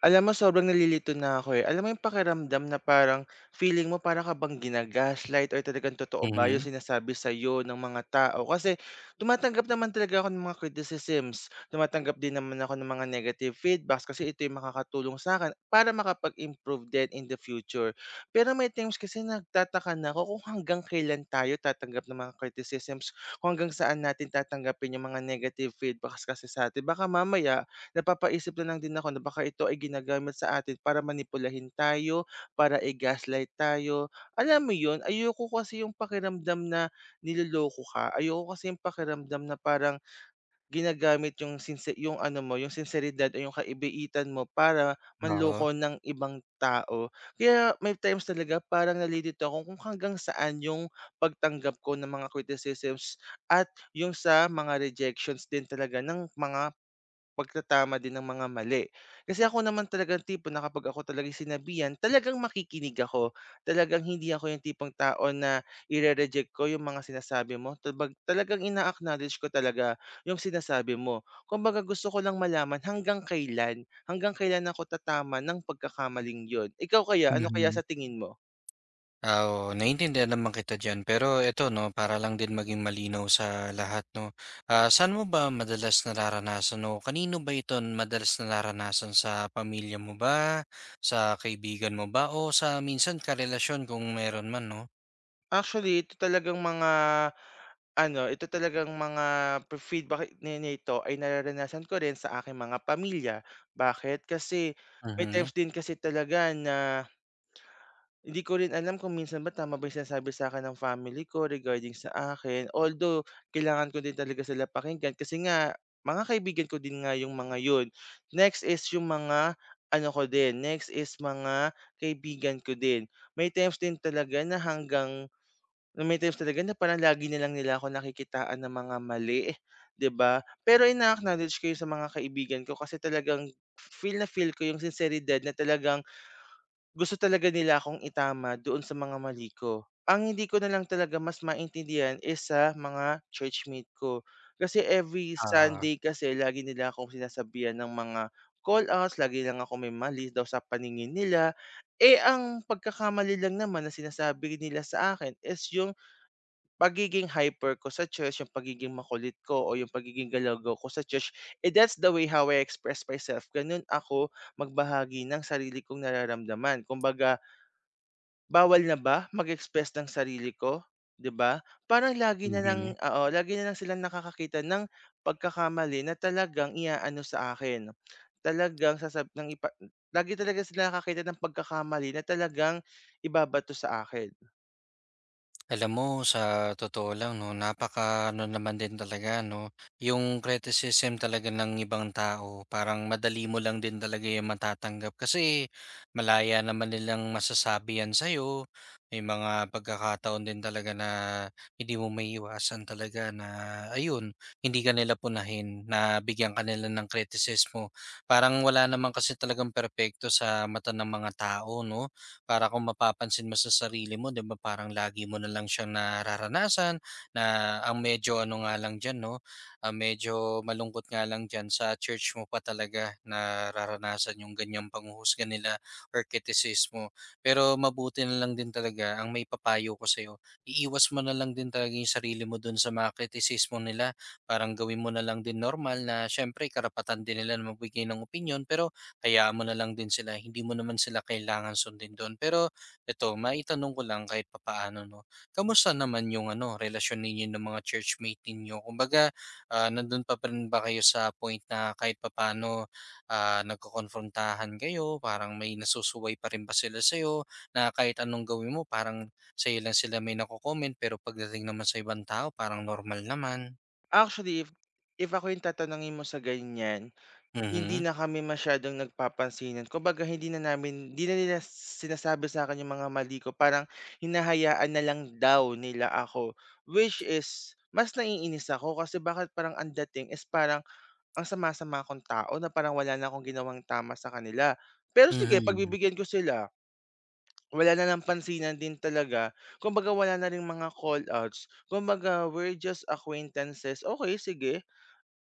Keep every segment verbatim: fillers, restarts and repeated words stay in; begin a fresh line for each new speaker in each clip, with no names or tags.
Alam mo sobrang nalilito na ako, eh. Alam mo yung pakiramdam na parang feeling mo para ka bang gina or talagang totoo ba yung
Mhm,
sinasabi sa'yo ng mga tao? Kasi tumatanggap naman talaga ako ng mga criticisms, tumatanggap din naman ako ng mga negative feedbacks kasi ito yung makakatulong sa sa'kin para makapag-improve din in the future. Pero may times kasi nagtataka na ako kung hanggang kailan tayo tatanggap ng mga criticisms, kung hanggang saan natin tatanggapin yung mga negative feedbacks kasi sa'tin. Baka mamaya napapaisip na lang din ako na baka ito ay ginagamit sa atin para manipulahin tayo, para i-gaslight tayo. Alam mo yun, ayoko kasi yung pakiramdam na niloloko ka. Ayoko kasi yung pakiramdam na parang ginagamit yung, sinse- yung ano mo, yung sinseridad o yung kaibiitan mo para
oo,
manloko ng ibang tao. Kaya may times talaga parang nalilito ako kung hanggang saan yung pagtanggap ko ng mga criticisms at yung sa mga rejections din talaga ng mga pagtatama din ng mga mali. Kasi ako naman talagang tipo na kapag ako talagang sinabihan, talagang makikinig ako. Talagang hindi ako yung tipong tao na ire-reject ko yung mga sinasabi mo. Talbag, talagang ina-acknowledge ko talaga yung sinasabi mo. Kumbaga gusto ko lang malaman hanggang kailan, hanggang kailan ako tatama ng pagkakamaling yun. Ikaw kaya, ano kaya sa
mhm.
tingin mo?
Ah, oo, naiintindihan naman kita diyan. Pero eto 'no, para lang din maging malinaw sa lahat 'no, ah, saan mo ba madalas nararanasan o kanino ba ito madalas nararanasan, sa pamilya mo ba, sa kaibigan mo ba, o sa minsan karelasyon kung meron man 'no?
Actually, ito talagang mga Ano, ito talagang mga pe feedback ni nito ay nararanasan ko rin sa aking mga pamilya. Bakit? Kasi may
Mhm,
times din kasi talaga na hindi ko rin alam kung minsan ba tama ba yung sinasabi sa akin ng family ko regarding sa akin. Although kailangan ko din talaga sila pakinggan kasi nga mga kaibigan ko din nga yung mga yun. Next is yung mga ano ko din, next is mga kaibigan ko din. May times din talaga na hanggang na May times talaga na parang lagi na lang nila ako nakikitaan ng mga mali, 'di ba? Pero ina-acknowledge ko 'yun sa mga kaibigan ko kasi talagang feel na feel ko yung sinseridad na talagang gusto talaga nila akong itama doon sa mga mali ko. Ang hindi ko na lang talaga mas maintindihan is sa mga churchmate ko. Kasi every
oo,
Sunday kasi lagi nila akong sinasabihan ng mga call-outs, lagi lang ako may mali daw sa paningin nila. Eh, ang pagkakamali lang naman na sinasabi nila sa akin is yung pagiging hyper ko sa church, yung pagiging makulit ko o yung pagiging galago ko sa church, eh, that's the way how I express myself. Gano'n ako magbahagi ng sarili kong nararamdaman. Kumbaga, bawal na ba mag-express ng sarili ko, 'di ba? Parang lagi na lang
mhm.
oo, lagi na lang silang nakakakita ng pagkakamali na talagang iaano sa akin. Talagang sasab ng ipa lagi talaga sila nakakita ng pagkakamali na talagang ibabato sa akin.
Alam mo, sa totoo lang, no, napaka ano naman din talaga, no, yung criticism talaga ng ibang tao, parang madali mo lang din talaga yung matatanggap kasi malaya naman nilang masasabi yan sa'yo. May mga pagkakataon din talaga na hindi mo maiiwasan talaga na, ayun, hindi ka nila punahin, na bigyan ka nila ng kritisismo. Parang wala naman kasi talagang perpekto sa mata ng mga tao, no? Para kung mapapansin mo sa sarili mo, 'di ba, parang lagi mo na lang siyang nararanasan na ang medyo ano nga lang diyan 'no, ang medyo malungkot nga lang diyan sa church mo pa talaga nararanasan yung ganyang panghuhusga nila or kritisismo. Pero mabuti na lang din talaga ang may papayo ko sa iyo, iiwas mo na lang din talaga yung sarili mo dun sa mga kritisismo nila. Parang gawin mo na lang din normal na siyempre karapatan din nila na magbigay ng opinyon pero Hayaan mo na lang din sila, hindi mo naman sila kailangan sundin doon. Pero eto, maitanong ko lang kahit papaano 'no, kamusta naman yung ano, relasyon ninyo ng mga churchmate ninyo? Kumbaga, ah, nandun pa pa rin ba kayo sa point na kahit papaano, ah, nagkokonfrontahan kayo, parang may nasusuway pa rin ba sila sa'yo, na kahit anong gawin mo parang sa'yo lang sila may nako-comment, pero pagdating naman sa ibang tao parang normal naman?
Actually, if if ako yung tatanungin mo sa ganiyan. Hindi
Mhm.
na kami masyadong nagpapansinan. Kumbaga hindi na namin hindi na nila sinasabi sa'kin yung mga mali ko, parang hinahayaan na lang daw nila ako. Which is mas naiinis ako kasi bakit parang ang dating is parang ang sama-sama kong tao na parang wala na akong ginawang tama sa kanila. Pero sige
Mhm,
pagbibigyan ko sila, wala na ng pansinan din talaga. Kumbaga wala na rin mga call outs. Kumbaga we're just acquaintances, okay sige.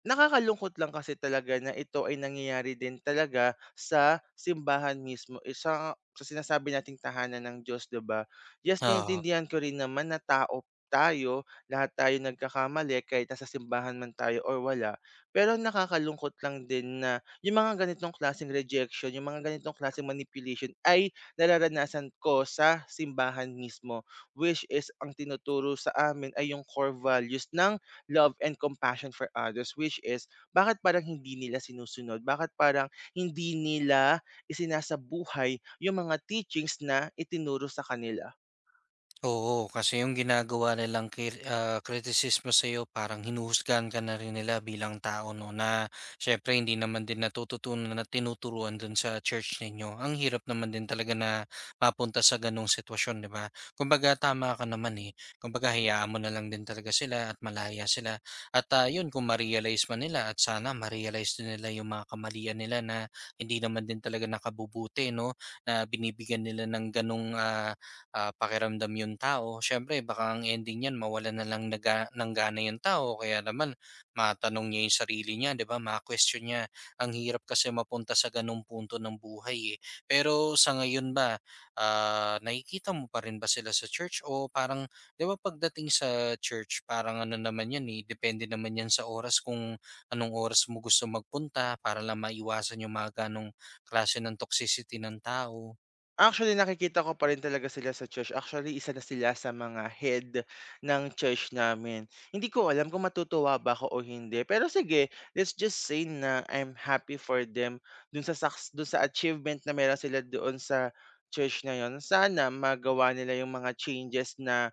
Nakakalungkot lang kasi talaga na ito ay nangyayari din talaga sa simbahan mismo, eh, sa sa sinasabi nating tahanan ng Diyos, 'di ba? Yes,
oo.
naiintindihan ko rin naman na tao tayo, lahat tayo nagkakamali kahit nasa simbahan man tayo or wala. Pero nakakalungkot lang din na yung mga ganitong klaseng rejection, yung mga ganitong klaseng manipulation ay nararanasan ko sa simbahan mismo, which is ang tinuturo sa amin ay yung core values ng love and compassion for others, which is bakit parang hindi nila sinusunod? Bakit parang hindi nila isinasabuhay yung mga teachings na itinuro sa kanila?
Oo, kasi yung ginagawa nilang kir ah, kritisismo sa'yo parang hinuhusgahan ka na rin nila bilang tao 'no, na siyempre hindi naman din natututunan at tinuturuan dun sa church ninyo. Ang hirap naman din talaga na mapunta sa gano'ng sitwasyon, 'di ba? Kumbaga tama ka naman, eh. Kumbaga hayaan mo na lang din talaga sila at malaya sila at, ah, yun kung ma-realize man nila at sana ma-realize din nila yung mga kamalian nila na hindi naman din talaga nakabubuti 'no, na binibigyan nila ng gano'ng, ah ah, pakiramdam yung tao, siyempre baka ang ending niyan mawalan na lang naga, ng gana yung tao kaya naman matanong niya yung sarili niya, 'di ba? Ma-question niya. Ang hirap kasi mapunta sa ganung punto ng buhay eh. Pero sa ngayon ba, ah, nakikita mo pa rin ba sila sa church o parang 'di ba pagdating sa church, parang ano naman 'yan eh, depende naman 'yan sa oras kung anong oras mo gusto magpunta para lang maiwasan yung mga ganong klase ng toxicity ng tao.
Actually, nakikita ko pa rin talaga sila sa church. Actually, isa na sila sa mga head ng church namin. Hindi ko alam kung matutuwa ba ako o hindi. Pero sige, let's just say na I'm happy for them dun sa, saks- dun sa achievement na meron sila doon sa church na yon. Sana magawa nila yung mga changes na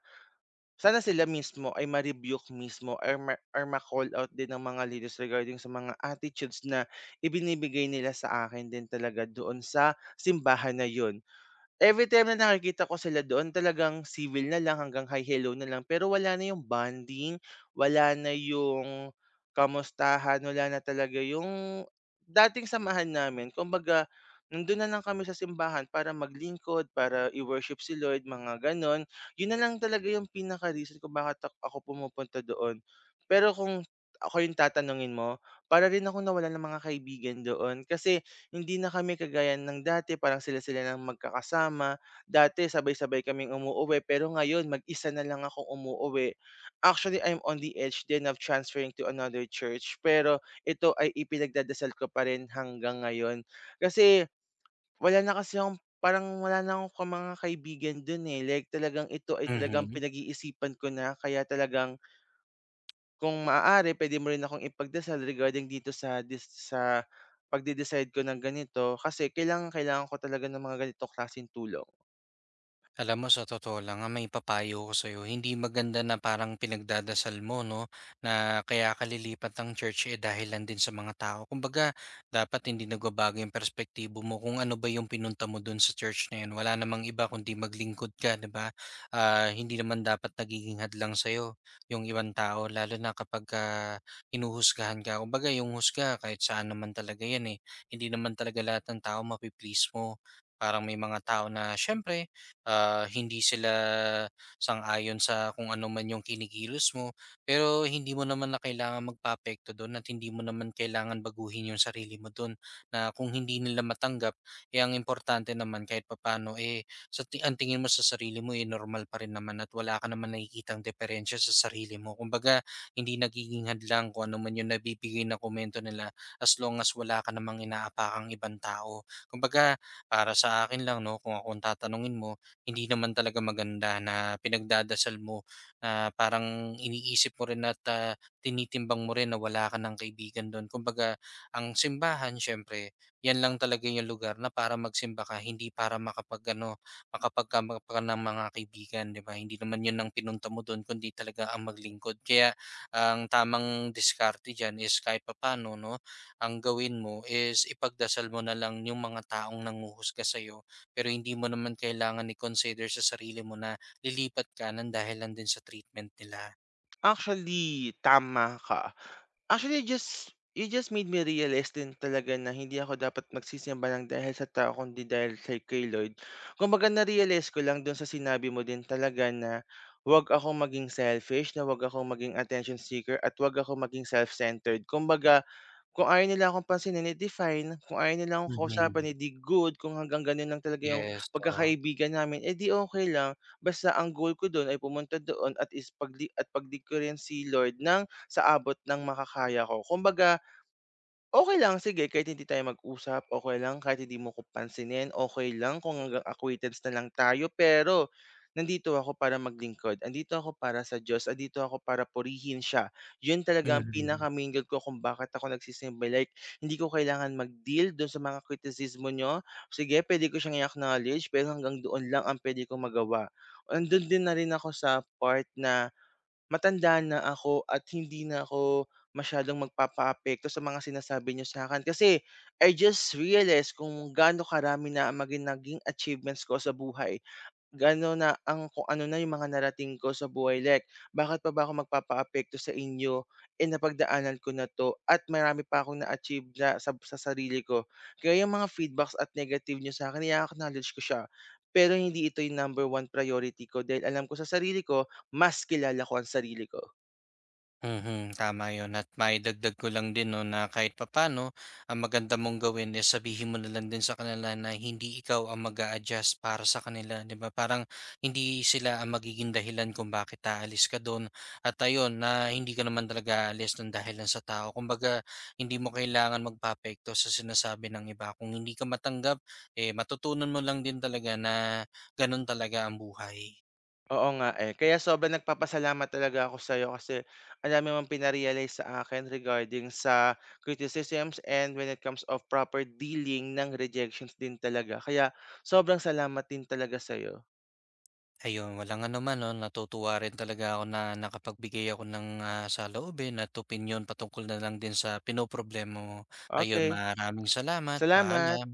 Sana sila mismo ay ma-rebuke mismo or ma or ma-call out din ng mga leaders regarding sa mga attitudes na ibinibigay nila sa akin din talaga doon sa simbahan na yun. Everytime na nakikita ko sila doon talagang civil na lang hanggang hi, hello na lang, pero wala na yung bonding, wala na yung kamustahan, wala na talaga yung dating samahan namin. Kumbaga nandun na lang kami sa simbahan para maglingkod, para i-worship si Lord, mga gano'n. Yun na lang talaga yung pinaka-reason kung bakit ak ako pumupunta doon. Pero kung ako yung tatanungin mo, para rin ako nawalan ng mga kaibigan doon kasi hindi na kami kagaya ng dati parang sila-sila ng magkakasama. Dati sabay-sabay kaming umuuwi pero ngayon mag-isa na lang akong umuuwi. Actually, I'm on the edge din of transferring to another church pero ito ay ipinagdadasal ko pa rin hanggang ngayon. Kasi wala na kasi akong parang wala na akong ka mga kaibigan dun, eh, like talagang ito ay talagang
Mhm.
pinag-iisipan ko na kaya talagang kung maaari pwede mo rin akong ipagdasal regarding dito sa dis sa pagde-decide ko ng ganito kasi kailangang-kailangan ko talaga ng mga ganitong klaseng tulong.
Alam mo, sa totoo lang, ang may papayo ko sa'yo, hindi maganda na parang pinagdadasal mo, no? Na kaya kalilipat ang church eh dahilan din sa mga tao. Kumbaga, dapat hindi nagbabago yung perspektibo mo kung ano ba yung pinunta mo dun sa church na yun. Wala namang iba kundi maglingkod ka, di ba? Ah, hindi naman dapat nagiging hadlang sa'yo yung ibang tao, lalo na kapag ah, hinuhusgahan ka. Kumbaga, yung husga, kahit saan naman talaga yan eh. Hindi naman talaga lahat ng tao mapiplease mo. Parang may mga tao na, syempre, ah, hindi sila sang-ayon sa kung ano man yung kinikilos mo. Pero hindi mo naman na kailangan magpapekto do'n at hindi mo naman kailangan baguhin yung sarili mo do'n na kung hindi nila matanggap, eh, ang importante naman kahit papaano, eh, sa ti ang tingin mo sa sarili mo, eh, normal pa rin naman at wala ka naman nakikitang diferensya sa sarili mo. Kumbaga hindi nagiging hadlang kung ano man yung nabibigay na komento nila as long as wala ka namang inaapakang ibang tao. Kumbaga para sa akin lang 'no, kung ako ang tatanungin mo, hindi naman talaga maganda na pinagdadasal mo na parang iniisip mo rin at, ah, tinitimbang mo rin na wala ka ng kaibigan dun. Kumbaga ang simbahan siyempre 'yan lang talaga yung lugar na para magsimba ka hindi para makapag-ano, makapagkamot ka ng mga kaibigan, 'di ba? Hindi naman yun ang pinunta mo dun kundi talaga ang maglingkod. Kaya ang tamang diskarte diyan is kahit papaano 'no, ang gawin mo is ipagdasal mo na lang yung mga taong nanghuhusga sa'yo pero hindi mo naman kailangan i-consider sa sarili mo na lilipat ka ng dahil lang din sa treatment nila.
Actually, tama ka. Actually, just you just made me realize din talaga na hindi ako dapat magsisimba ng dahil sa tao kundi dahil sa kay Lord. Kumbaga na-realize ko lang dun sa sinabi mo din talaga na huwag akong maging selfish, na huwag akong maging attention seeker at huwag akong maging self-centered. Kumbaga Kung ayaw nila akong pansinin, eh, di fine. Kung ayaw nila akong
Mhm,
kausapin, eh, di good. Kung hanggang gano'n lang talaga yung
yes, oo.
pagkakaibigan namin, eh, di okey lang. Basta ang goal ko do'n ay pumunta doon at is pagli at paglikha rin si Lord ng sa abot ng makakaya ko. Kumbaga Okey lang, sige kahit hindi tayo mag-usap, okey lang kahit hindi mo ko pansinin, okey lang kung hanggang acquaintance na lang tayo. Pero nandito ako para maglingkod, andito ako para sa Diyos, andito ako para purihin siya. Yun talaga ang
Mhm.
pinaka-main goal ko kung bakit ako nagsisimba. Like hindi ko kailangan mag-deal dun sa mga kritisismo niyo. Sige pwede ko siyang i-acknowledge pero hanggang doon lang ang pwede kong magawa. Andun din na rin ako sa part na matanda na ako at hindi na ako masyadong magpapaapekto sa mga sinasabi niyo sa akin. Kasi I just realized kung gaano karami na ang mga naging achievements ko sa buhay. Gaano na ang kung ano na yung mga narating ko sa buhay, like, bakit pa ba ako magpapaapekto sa inyo, eh, napagdaanan ko na 'to at marami pa akong na-achieve na sa sa sarili ko. Kaya yung mga feedbacks at negative niyo sa'kin i-a-acknowledge ko siya, pero hindi ito yung number one priority ko dahil alam ko sa sarili ko, mas kilala ko ang sarili ko.
Mhm, tama 'yun at maidagdag ko lang din 'no na kahit papaano ang maganda mong gawin is sabihin mo na lang din sa kanila na hindi ikaw ang mag adjust para sa kanila, 'di ba? Parang hindi sila ang magiging dahilan kung bakit aalis ka do'n at ayun na hindi ka naman talaga aalis ng dahilan sa tao. Kumbaga hindi mo kailangan magpapekto sa sinasabi ng iba. Kung hindi ka matanggap, eh, matutunan mo lang din talaga na gano'n talaga ang buhay.
Oo nga, eh. Kaya sobrang nagpapasalamat talaga ako sa'yo kasi ang dami mong pina sa akin regarding sa criticisms and when it comes of proper dealing ng rejections din talaga. Kaya sobrang salamat din talaga sa'yo.
Ayun, walang anuman 'no, natutuwa rin talaga ako na nakapagbigay ako ng, ah, saloobin at opinyon patungkol na lang din sa pinoproblema mo. Ayun,
Okay.
maraming salamat,
Salamat.
paalam.